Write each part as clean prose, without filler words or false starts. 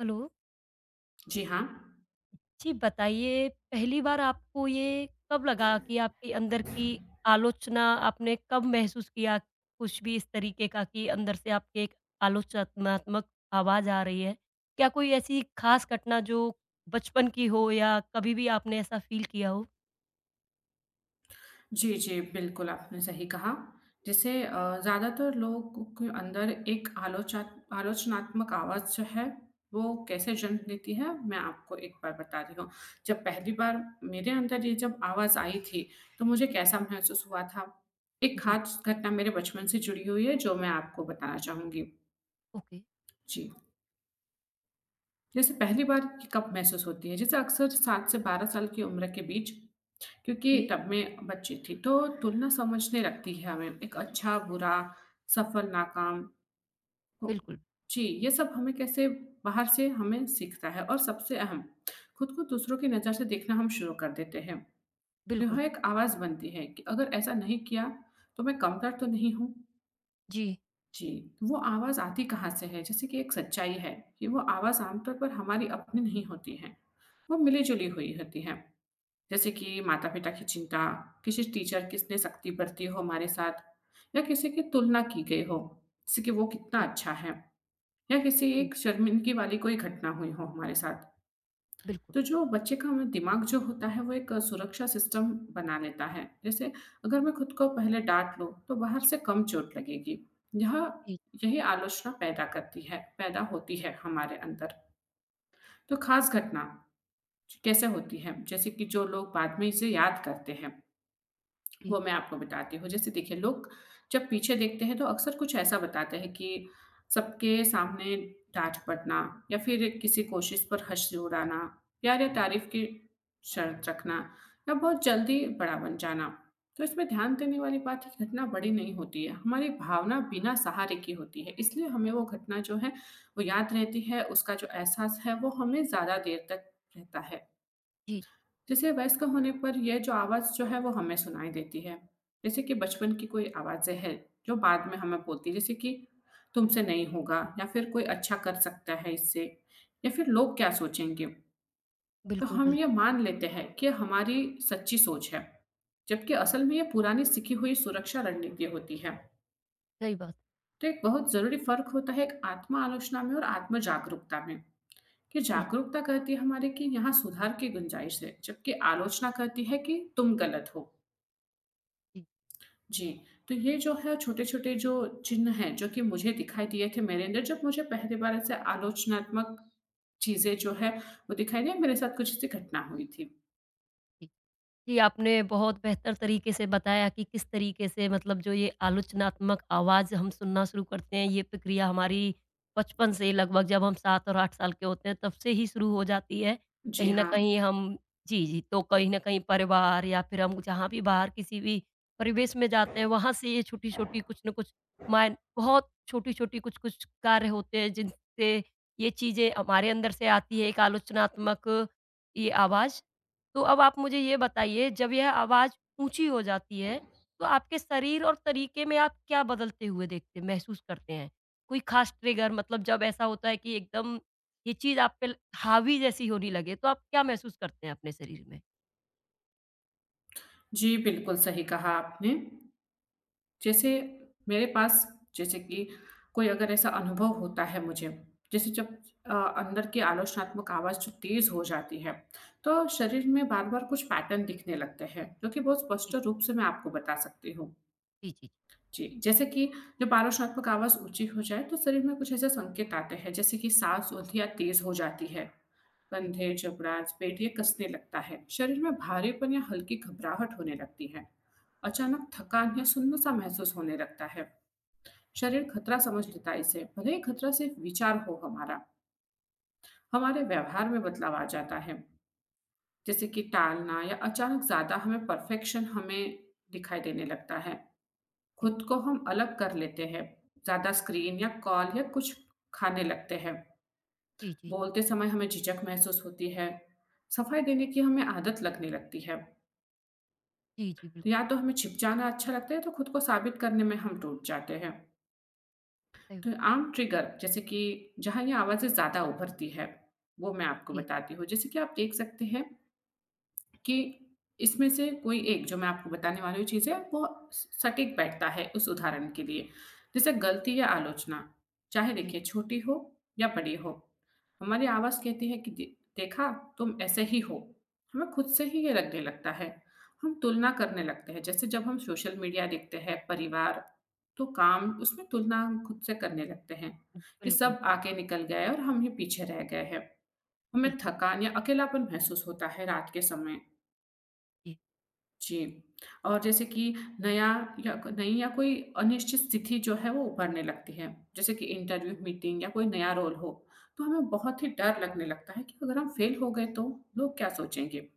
Hello. जी हाँ। जी, बताइए, पहली बार आपको ये कब लगा कि आपके अंदर की आलोचना, आपने कब महसूस किया कुछ भी इस तरीके का कि अंदर से आपके एक आलोचनात्मक आवाज़ आ रही है? क्या कोई ऐसी खास घटना जो बचपन की हो या कभी भी आपने ऐसा फ़ील किया हो? जी, जी, बिल्कुल आपने सही कहा। जैसे ज़्यादातर लोगों के अंदर एक आलोचा आलोचनात्मक आवाज़ जो है, वो कैसे जन्म लेती है, मैं आपको एक बार बता रही हूँ। जब पहली बार मेरे अंदर ये जब आवाज़ आई थी, तो मुझे कैसा महसूस हुआ था? एक जी। ख़ास घटना मेरे बचपन से जुड़ी हुई है, जो मैं आपको बताना चाहूँगी। ओके। जी, जैसे पहली बार ये कब महसूस होती है? जैसे अक्सर 7 से 12 साल की उम्र के बीच, क्योंकि जी, तब मैं बच्ची थी, तो तुलना समझने रखती है हमें, एक अच्छा-बुरा, सफल-नाकाम तो बिल्कुल, जी, ये सब हमें कैसे बाहर से हमें सीखता है और सबसे अहम, खुद को दूसरों की नज़र से देखना हम शुरू कर देते हैं। तो बिल्कुल। यह एक आवाज़ बनती है कि अगर ऐसा नहीं किया, तो मैं कमतर तो नहीं हूँ। जी। जी, तो वो आवाज़ आती कहाँ से है? जैसे कि एक सच्चाई है, कि वो आवाज़ आमतौर पर हमारी अपनी नहीं होती है, वो मिली-जुली हुई होती है। जैसे कि माता-पिता की चिंता, किसी टीचर किसने सख्ती बरती हो हमारे साथ या किसी की तुलना की गई हो, जैसे कि वो कितना जी, अच्छा है, या किसी जी, एक शर्मिंदगी वाली कोई घटना हुई हो हमारे साथ। बिल्कुल। तो जो बच्चे का दिमाग जो होता है वो एक सुरक्षा सिस्टम बना लेता है। जैसे अगर मैं खुद को पहले डाँट लूँ तो बाहर से कम चोट लगेगी। यह जी, यही आलोचना पैदा होती है हमारे अंदर। तो ख़ास घटना कैसे होती है? जैसे कि जो लोग बाद में इसे याद करते हैं जी, वो मैं आपको बताती हूँ। जैसे देखिए लोग जब पीछे देखते हैं तो अक्सर कुछ ऐसा बताते हैं कि सबके सामने डाँट पड़ना या फिर किसी कोशिश पर हँसी उड़ाना, प्यार या तारीफ़ की शर्त रखना या बहुत जल्दी बड़ा बन जाना। तो इसमें ध्यान देने वाली बात है कि घटना बड़ी नहीं होती है, हमारी भावना बिना सहारे की होती है। इसलिए हमें वो घटना जो है वो याद रहती है, उसका जो एहसास है वो हमें ज़्यादा देर तक रहता है। जी, जी, जैसे वयस्क होने पर यह जो आवाज़ जो है वो हमें सुनाई देती है। जैसे कि बचपन की कोई आवाज़ें हैं जो बाद में हमें बोलती है जैसे कि तुमसे नहीं होगा, या फिर कोई अच्छा कर सकता है इससे, या फिर लोग क्या सोचेंगे? तो बिल्कुल, हम बिल्कुल, ये मान लेते हैं कि हमारी सच्ची सोच है, जबकि असल में ये पुरानी सीखी हुई सुरक्षा रणनीति होती है। सही बात, तो एक बहुत ज़रूरी फ़र्क होता है एक आत्म-आलोचना में और आत्म-जागरूकता में, कि बिल्कुल, जागरूकता कहती है हमारे कि यहाँ सुधार की गुंजाइश है, जबकि आलोचना कहती है कि तुम गलत हो। जी, जी, तो ये जो है छोटे-छोटे जो चिन्ह हैं, जो कि मुझे दिखाई दिए थे मेरे अंदर जब मुझे पहली बार ऐसे आलोचनात्मक चीज़ें जो है वो दिखाई दी, मेरे साथ कुछ ऐसी घटना हुई थी। जी। जी, आपने बहुत बेहतर तरीके से बताया कि किस तरीके से, मतलब जो ये आलोचनात्मक आवाज़ हम सुनना शुरू करते हैं, ये प्रक्रिया हमारी बचपन से लगभग जब हम 7 और 8 साल के होते हैं तब से ही शुरू हो जाती है। जी कहीं न हाँ, कहीं हम, जी, जी, तो कहीं न कहीं परिवार या फिर हम जहाँ भी बाहर किसी भी परिवेश में जाते हैं, वहाँ से ये छोटी-छोटी कुछ न कुछ मायन, बहुत छोटी-छोटी कुछ-कुछ कार्य होते हैं जिनसे ये चीज़ें हमारे अंदर से आती है, एक आलोचनात्मक ये आवाज़। तो अब आप मुझे ये बताइए, जब यह आवाज़ ऊँची हो जाती है, तो आपके शरीर और तरीके में आप क्या बदलते हुए देखते, महसूस करते हैं? कोई ख़ास ट्रिगर, मतलब जब ऐसा होता है कि एकदम ये चीज़ आप पे ल हावी जैसी होने लगे, तो आप क्या महसूस करते हैं अपने शरीर में? जी बिल्कुल सही कहा आपने। जैसे मेरे पास जैसे कि कोई अगर ऐसा अनुभव होता है मुझे, जैसे जब अंदर की आलोचनात्मक आवाज़ जो तेज़ हो जाती है, तो शरीर में बार-बार कुछ पैटर्न दिखने लगते हैं, जो कि बहुत स्पष्ट जी, रूप से मैं आपको बता सकती हूँ। जी, जी, जी, जैसे कि जब आलोचनात्मक आवाज़ ऊँची हो जाए, तो शरीर में कुछ ऐसे संकेत आते हैं, जैसे कि साँस उल्टी या तेज़ हो जाती है, बिल कंधे, जबड़ा, पेट ये कसने लगता है, शरीर में भारीपन या हल्की घबराहट होने लगती है, अचानक थकान या सुन्न-सा महसूस होने लगता है, शरीर खतरा समझ लेता है इसे, भले ही खतरा सिर्फ विचार हो हमारा, हमारे व्यवहार में बदलाव आ जाता है, जैसे कि टालना या अचानक ज़्यादा हमें परफेक्शन हमें दिखाई देने लगता है, जी, खुद को हम अलग कर लेते हैं, ज़्यादा स्क्रीन या कॉल या कुछ खाने लगते हैं। जी, जी, बोलते समय हमें झिझक महसूस होती है। सफाई देने की हमें आदत लगने लगती है। जी, जी, तो बिल्कुल, या तो हमें छिप जाना अच्छा लगता है, तो खुद को साबित करने में हम टूट जाते हैं। सही तो बात। आम ट्रिगर जैसे कि जहाँ ये आवाज़ें ज़्यादा उभरती है, वो मैं आपको जी, बताती हूँ। जैसे कि आप देख सकते हैं कि इसमें से कोई एक जो मैं आपको बताने वाली हूँ चीज़ है, वो स सटीक बैठता है उस उदाहरण के लिए। जैसे गलती या आलोचना, चाहे जी, देखिए छोटी हो या बड़ी हो, हमारी आवाज़ कहती है कि दे देखा, तुम ऐसे ही हो। हमें खुद से ही ये लगने लगता है। हम तुलना करने लगते हैं, जैसे जब हम सोशल मीडिया देखते हैं, परिवार, तो काम उसमें तुलना हम खुद से करने लगते हैं, कि बिल्कुल, सब आगे निकल गए और हम ही पीछे रह गए हैं। हमें बिल्कुल, थकान या अकेलापन महसूस होता है रात के समय। जी। जी, और जैसे कि नया या क नई या कोई अनिश्चित स्थिति जो है वो उभरने लगती है। जैसे कि इंटरव्यू, मीटिंग या कोई नया रोल हो, तो हमें बहुत ही डर लगने लगता है कि अगर हम फेल हो गए तो लोग क्या सोचेंगे?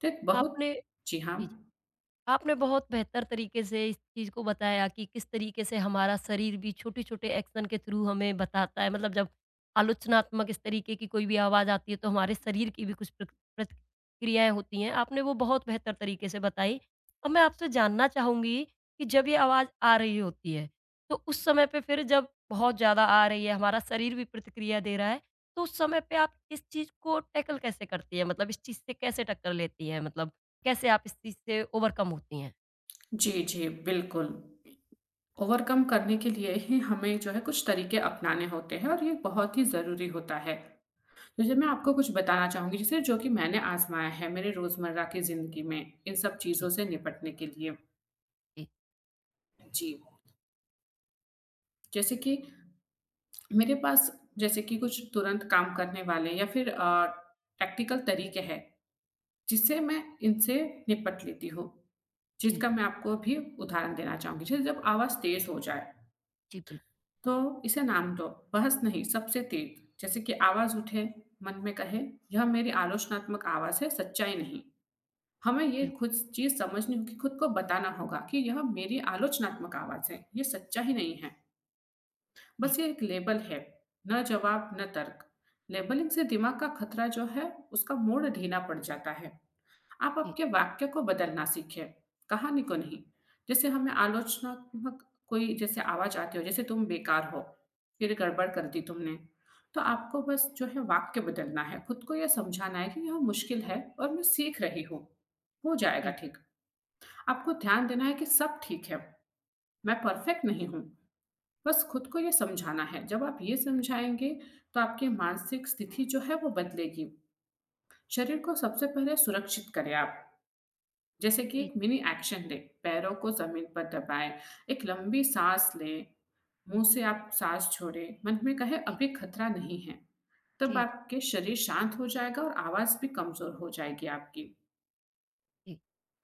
तो एक आपने बहुत जी हाँ। जी। आपने बहुत बेहतर तरीके से इस चीज़ को बताया कि किस तरीके से हमारा शरीर भी छोटे-छोटे एक्शन के थ्रू हमें बताता है। मतलब जब आलोचनात्मक इस तरीके की कोई भी आवाज़ आती है तो हमारे शरीर की भी कुछ प्रक प्रतिक्रियाएँ होती हैं। आपने वो बहुत बेहतर तरीके से बताई। अब मैं आपसे जानना चाहूँगी कि जब ये आवाज़ आ रही होती है, तो उस समय पे, फिर जब बहुत ज़्यादा आ रही है, हमारा शरीर भी प्रतिक्रिया दे रहा है, तो उस समय पे आप इस चीज़ को टैकल कैसे करती हैं? मतलब इस चीज़ से कैसे टक्कर लेती हैं? मतलब कैसे आप इस चीज़ से ओवरकम होती हैं? जी, जी, बिल्कुल। ओवरकम करने के लिए ही हमें जो है कुछ तरीके अपनाने होते हैं और ये बहुत ही ज़रूरी होता है। जैसे मैं आपको कुछ बताना चाहूँगी जैसे जो कि मैंने आज़माया है मेरे रोज़मर्रा की ज़िंदगी में, इन सब जी, चीज़ों से निपटने के लिए। जी, जी। जैसे कि मेरे पास जैसे कि कुछ तुरंत काम करने वाले या फिर टैक्टिकल तरीके हैं, जिससे मैं इनसे निपट लेती हूँ, जी, जिसका मैं आपको भी उदाहरण देना चाहूँगी। जैसे जब आवाज़ तेज़ हो जाए, जी, बिल्कुल, तो इसे नाम दो, बहस नहीं, सबसे तेज़। जैसे कि आवाज़ उठे, मन में कहे, "यह मेरी आलोचनात्मक आवाज़ है, सच्चाई नहीं।" हमें ये बिल्कुल। खुद चीज़ समझनी होगी, खुद को बताना होगा कि यह मेरी आलोचनात्मक आवाज़ है, ये सच्चा ही नहीं है। जी, बस ये एक लेबल है, न जवाब न तर्क। लेबलिंग से दिमाग का खतरा जो है उसका मोड़ ढीला पड़ जाता है। आप जी, आपके वाक्य को बदलना सीखें, कहानी को नहीं। जैसे हमें आलोचनात्मक कोई जैसे आवाज आती हो जैसे तुम बेकार हो, फिर गड़बड़ कर दी तुमने, तो आपको बस जो है वाक्य बदलना है, खुद को यह समझाना है कि यह मुश्किल है और मैं सीख रही हूँ, हो जाएगा जी, ठीक। आपको ध्यान देना है कि सब ठीक है, मैं परफेक्ट नहीं हूँ, बस खुद को ये समझाना है। जब आप ये समझाएँगे तो आपकी मानसिक स्थिति जो है वो बदलेगी। शरीर को सबसे पहले सुरक्षित करें आप। जैसे कि जी, एक मिनी एक्शन लें, पैरों को ज़मीन पर दबाएँ, एक लंबी साँस लें, मुँह से आप साँस छोड़ें, मन में कहें जी, अभी खतरा नहीं है। तब जी, जी, आपके शरीर शांत हो जाएगा और आवाज़ भी कमज़ोर हो जाएगी आपकी। जी।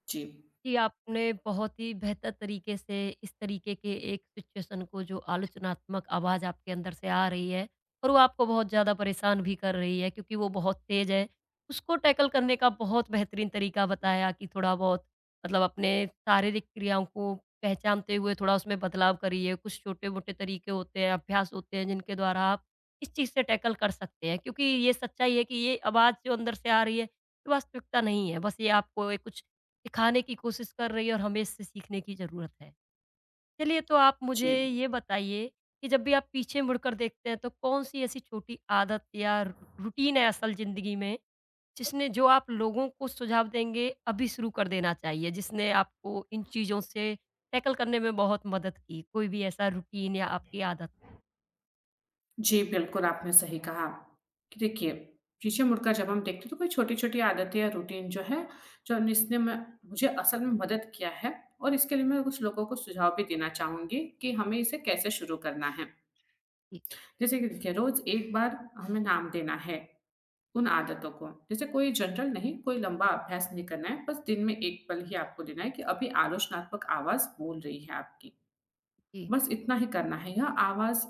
जी, जी, आपने बहुत ही बेहतर तरीके से इस तरीके के एक सिचुएशन को, जो आलोचनात्मक आवाज़ आपके अंदर से आ रही है और वो आपको बहुत ज़्यादा परेशान भी कर रही है क्योंकि वो बहुत तेज़ है, उसको टैकल करने का बहुत बेहतरीन तरीका बताया कि थोड़ा बहुत, मतलब अपने शारीरिक क्रियाओं को पहचानते हुए थोड़ा उसमें बदलाव करिए। कुछ छोटे-मोटे तरीके होते हैं, अभ्यास होते हैं जिनके द्वारा आप इस चीज़ से टैकल कर सकते हैं क्योंकि ये सच्चाई है कि ये आवाज़ जो अंदर से आ रही है, ये वास्तविकता नहीं है। बस ये आपको एक कुछ सिखाने की कोशिश कर रही है और हमें इससे सीखने की ज़रूरत है। चलिए, तो आप मुझे जी। ये बताइए कि जब भी आप पीछे मुड़कर देखते हैं तो कौन-सी ऐसी छोटी आदत या रू रूटीन है असल ज़िंदगी में, जिसने, जो आप लोगों को सुझाव देंगे अभी शुरू कर देना चाहिए, जिसने आपको इन चीज़ों से टैकल करने में बहुत मदद की? कोई भी ऐसा रूटीन या आपकी आदत? जी, बिल्कुल आपने सही कहा, कि देखिए पीछे मुड़कर जब हम देखते हैं तो कोई छोटी-छोटी आदतें या रूटीन जो है, जो इसने मैं मुझे असल में मदद किया है, और इसके लिए मैं कुछ लोगों को सुझाव भी देना चाहूँगी कि हमें इसे कैसे शुरू करना है। जी, जैसे कि देखिए रोज़ एक बार हमें नाम देना है उन आदतों को। जैसे कोई जनरल नहीं, कोई लंबा अभ्यास नहीं करना है, बस दिन में 1 पल ही आपको देना है कि अभी आलोचनात्मक आवाज़ बोल रही है आपकी। जी, बस इतना ही करना है, यह आवाज़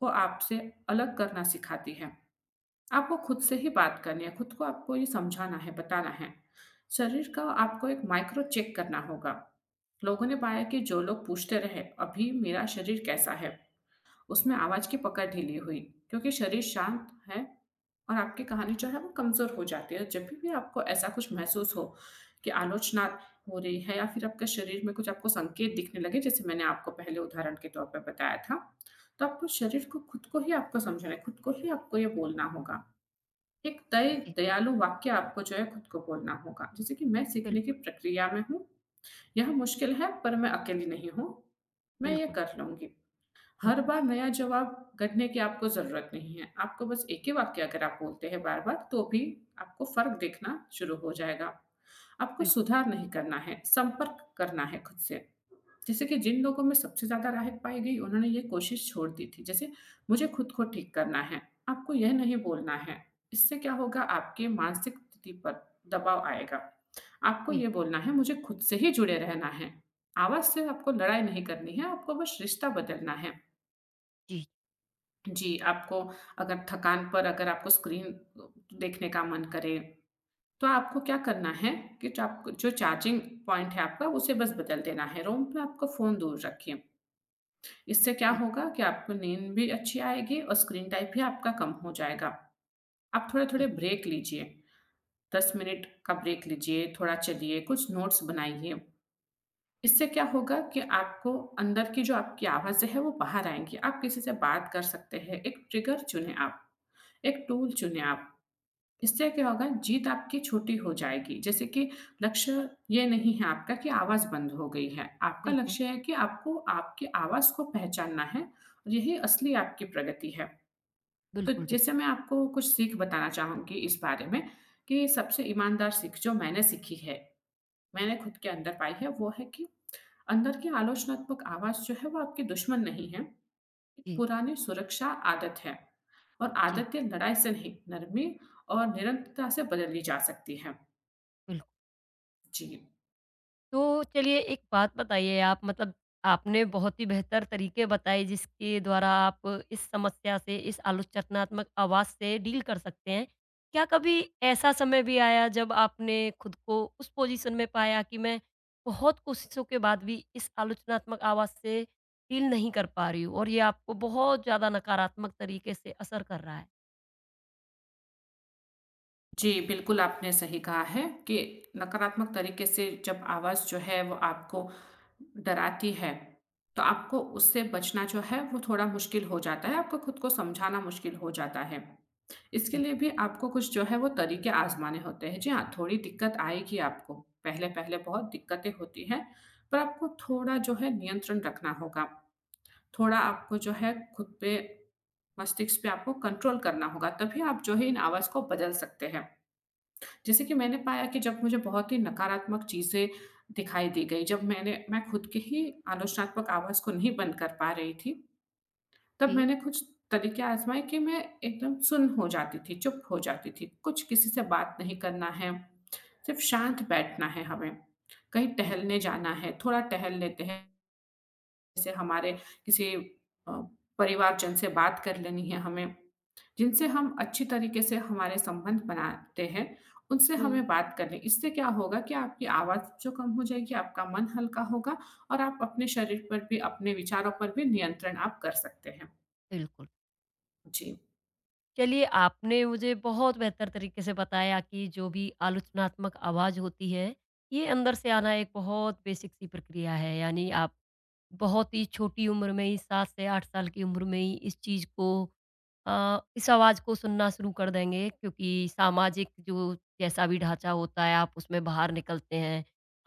को आपसे अलग करना सिखाती है। आपको खुद से ही बात करनी है, खुद को आपको ये समझाना है, बताना है। शरीर का आपको एक माइक्रो चेक करना होगा। लोगों ने पाया कि जो लोग पूछते रहे, "अभी मेरा शरीर कैसा है?" उसमें आवाज़ की पकड़ ढीली हुई, क्योंकि शरीर शांत है और आपकी कहानी जो है वो कमज़ोर हो जाती है। जब भी आपको ऐसा कुछ महसूस हो कि आलोचना हो रही है या फिर आपके शरीर में कुछ आपको संकेत दिखने लगे, जैसे मैंने आपको पहले उदाहरण के तौर पर बताया था, तो आपको शरीर को खुद को ही आपको समझना है, खुद को ही आपको ये बोलना होगा। एक तय जी। दयालु वाक्य आपको जो है खुद को बोलना होगा। जैसे कि मैं सीखने की बिल्कुल, प्रक्रिया में हूँ, यह मुश्किल है पर मैं अकेली नहीं हूँ, मैं ये बिल्कुल, कर लूँगी। बिल्कुल, हर बार नया जवाब गढ़ने की आपको ज़रूरत नहीं है। आपको बस एक ही वाक्य अगर आप बोलते हैं बार-बार तो भी आपको फ़र्क दिखना शुरू हो जाएगा। आपको बिल्कुल। सुधार नहीं करना है, संपर्क करना है खुद से। जैसे कि जिन लोगों में सबसे ज़्यादा राहत पाई गई, उन्होंने ये कोशिश छोड़ दी थी। जैसे, "मुझे खुद को ठीक करना है, आपको यह नहीं बोलना है।" इससे क्या होगा, आपके मानसिक स्थिति पर दबाव आएगा। आपको जी, ये बोलना है, "मुझे खुद से ही जुड़े रहना है।" आवाज़ से आपको लड़ाई नहीं करनी है, आपको बस रिश्ता बदलना है। जी, जी, आपको अगर थकान पर अगर आपको स्क्रीन देखने का मन करे, तो आपको क्या करना है कि जो चार्जिंग पॉइंट है आपका, उसे बस बदल देना है। रूम में आपका फ़ोन दूर रखिए। इससे क्या जी, होगा कि आपको नींद भी अच्छी आएगी और स्क्रीन टाइम भी आपका कम हो जाएगा। आप थोड़े-थोड़े जी। ब्रेक लीजिए, 10 मिनट का ब्रेक लीजिए, थोड़ा चलिए, कुछ नोट्स बनाइए। इससे क्या होगा कि आपको अंदर की जो आपकी आवाज़ें हैं वो बाहर आएँगी। आप किसी से बात कर सकते हैं, एक ट्रिगर चुनें आप, एक टूल चुनें आप। इससे क्या होगा जीत आपकी छोटी हो जाएगी। जैसे कि लक्ष्य ये नहीं है आपका कि आवाज़ बंद हो गई है। आपका बिल्कुल, लक्ष्य है कि आपको आपकी आवाज़ को पहचानना है और यही असली आपकी प्रगति है। तो बिल्कुल, बिल्कुल। जैसे मैं आपको कुछ सीख बताना चाहूँगी इस बारे में कि सबसे ईमानदार सीख जो मैंने सीखी है, मैंने खुद के अंदर पाई है वो है कि अंदर की आलोचनात्मक आवाज़ जो है वो आपकी दुश्मन नहीं है। एक जी, पुरानी सुरक्षा आदत है और जी, आदतें लड़ाई से नहीं, नरमी और निरंतरता से बदली जा सकती हैं। बिल्कुल। जी। तो चलिए, एक बात बताइए आप, मतलब आपने बहुत ही बेहतर तरीके बताए जिसके द्वारा आप इस समस्या से, इस आलोचनात्मक आवाज़ से डील कर सकते हैं। क्या कभी ऐसा समय भी आया जब आपने खुद को उस पोज़ीशन में पाया कि मैं बहुत कोशिशों के बाद भी इस आलोचनात्मक आवाज़ से डील नहीं कर पा रही हूँ और ये आपको बहुत ज़्यादा नकारात्मक तरीके से असर कर रहा है? जी, बिल्कुल आपने सही कहा है कि नकारात्मक तरीके से जब आवाज़ जो है वो आपको डराती है, तो आपको उससे बचना जो है वो थोड़ा मुश्किल हो जाता है, आपको खुद को समझाना मुश्किल हो जाता है। इसके जी, लिए भी आपको कुछ जो है वो तरीके आज़माने होते हैं। जी हाँ, थोड़ी दिक्कत आएगी आपको, पहले-पहले बहुत दिक्कतें होती हैं, पर आपको थोड़ा जो है नियंत्रण रखना होगा। थोड़ा आपको जो है खुद पे मस्तिष्क पे आपको कंट्रोल करना होगा, तभी आप जो है इन आवाज़ को बदल सकते हैं। जैसे कि मैंने पाया कि जब मुझे बहुत ही नकारात्मक चीज़ें दिखाई दी गई, जब मैं खुद की ही आलोचनात्मक आवाज़ को नहीं बंद कर पा रही थी, जी, तब जी, मैंने कुछ तरीके आज़माए कि मैं एकदम सुन्न हो जाती थी, चुप हो जाती थी। कुछ किसी से बात नहीं करना है, सिर्फ़ शांत बैठना है हमें। कहीं जी। टहलने जाना है, थोड़ा टहल लेते हैं, जैसे हमारे किसी अ, परिवारजन से बात कर लेनी है हमें। जिनसे हम अच्छी तरीके से हमारे संबंध बनाते हैं, उनसे हुँ, हमें बात करनी, इससे क्या होगा कि आपकी आवाज़ जो कम हो जाएगी, आपका मन हल्का होगा और आप अपने शरीर पर भी, अपने विचारों पर भी नियंत्रण आप कर सकते हैं। बिल्कुल। जी, चलिए, आपने मुझे बहुत बेहतर तरीके से बताया कि जो भी आलोचनात्मक आवाज़ होती है, ये अंदर से आना एक बहुत बेसिक सी प्रक्रिया है। यानी आप बहुत ही छोटी उम्र में ही 7 से 8 साल की उम्र में ही इस चीज़ को, इस आवाज़ को सुनना शुरू कर देंगे क्योंकि सामाजिक जो जैसा भी ढाँचा होता है आप उसमें बाहर निकलते हैं।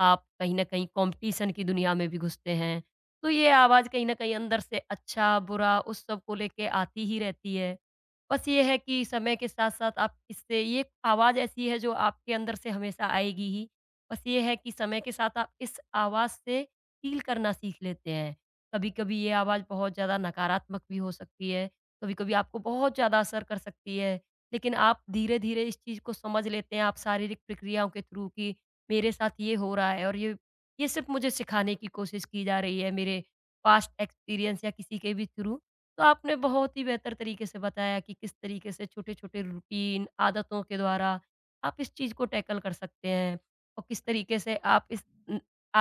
आप कहीं न कहीं कॉम्पिटिशन की दुनिया में भी घुसते हैं। तो ये आवाज़ कहीं न कहीं अंदर से अच्छा-बुरा उस सब को लेके आती ही रहती है। बस ये है कि समय के साथ-साथ आप इससे, ये आवाज़ ऐसी है जो आपके अंदर से हमेशा आएगी ही। बस ये है कि समय के साथ आप इस आवाज़ से फील करना सीख लेते हैं। कभी-कभी ये आवाज़ बहुत ज़्यादा नकारात्मक भी हो सकती है, कभी-कभी आपको बहुत ज़्यादा असर कर सकती है। लेकिन आप धीरे-धीरे इस चीज़ को समझ लेते हैं, आप शारीरिक प्रक्रियाओं के थ्रू, कि मेरे साथ ये हो रहा है और ये सिर्फ़ मुझे सिखाने की कोशिश की जा रही है मेरे पास्ट एक्सपीरियंस या किसी के भी थ्रू। तो आपने बहुत ही बेहतर तरीके से बताया कि किस तरीके से छोटे-छोटे रूटीन, आदतों के द्वारा आप इस चीज़ को टैकल कर सकते हैं और किस तरीके से आप इस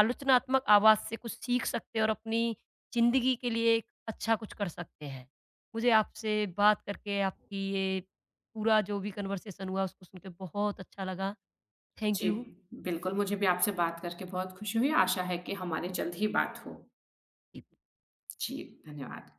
आलोचनात्मक आवाज़ से कुछ सीख सकते हैं और अपनी ज़िंदगी के लिए एक अच्छा कुछ कर सकते हैं। मुझे आपसे बात करके, आपकी ये पूरा जो भी कन्वर्सेशन हुआ उसको सुन के बहुत अच्छा लगा। थैंक जी, यू। बिल्कुल मुझे भी आपसे बात करके बहुत खुशी हुई। आशा है कि हमारी जल्द ही बात हो। जी, धन्यवाद।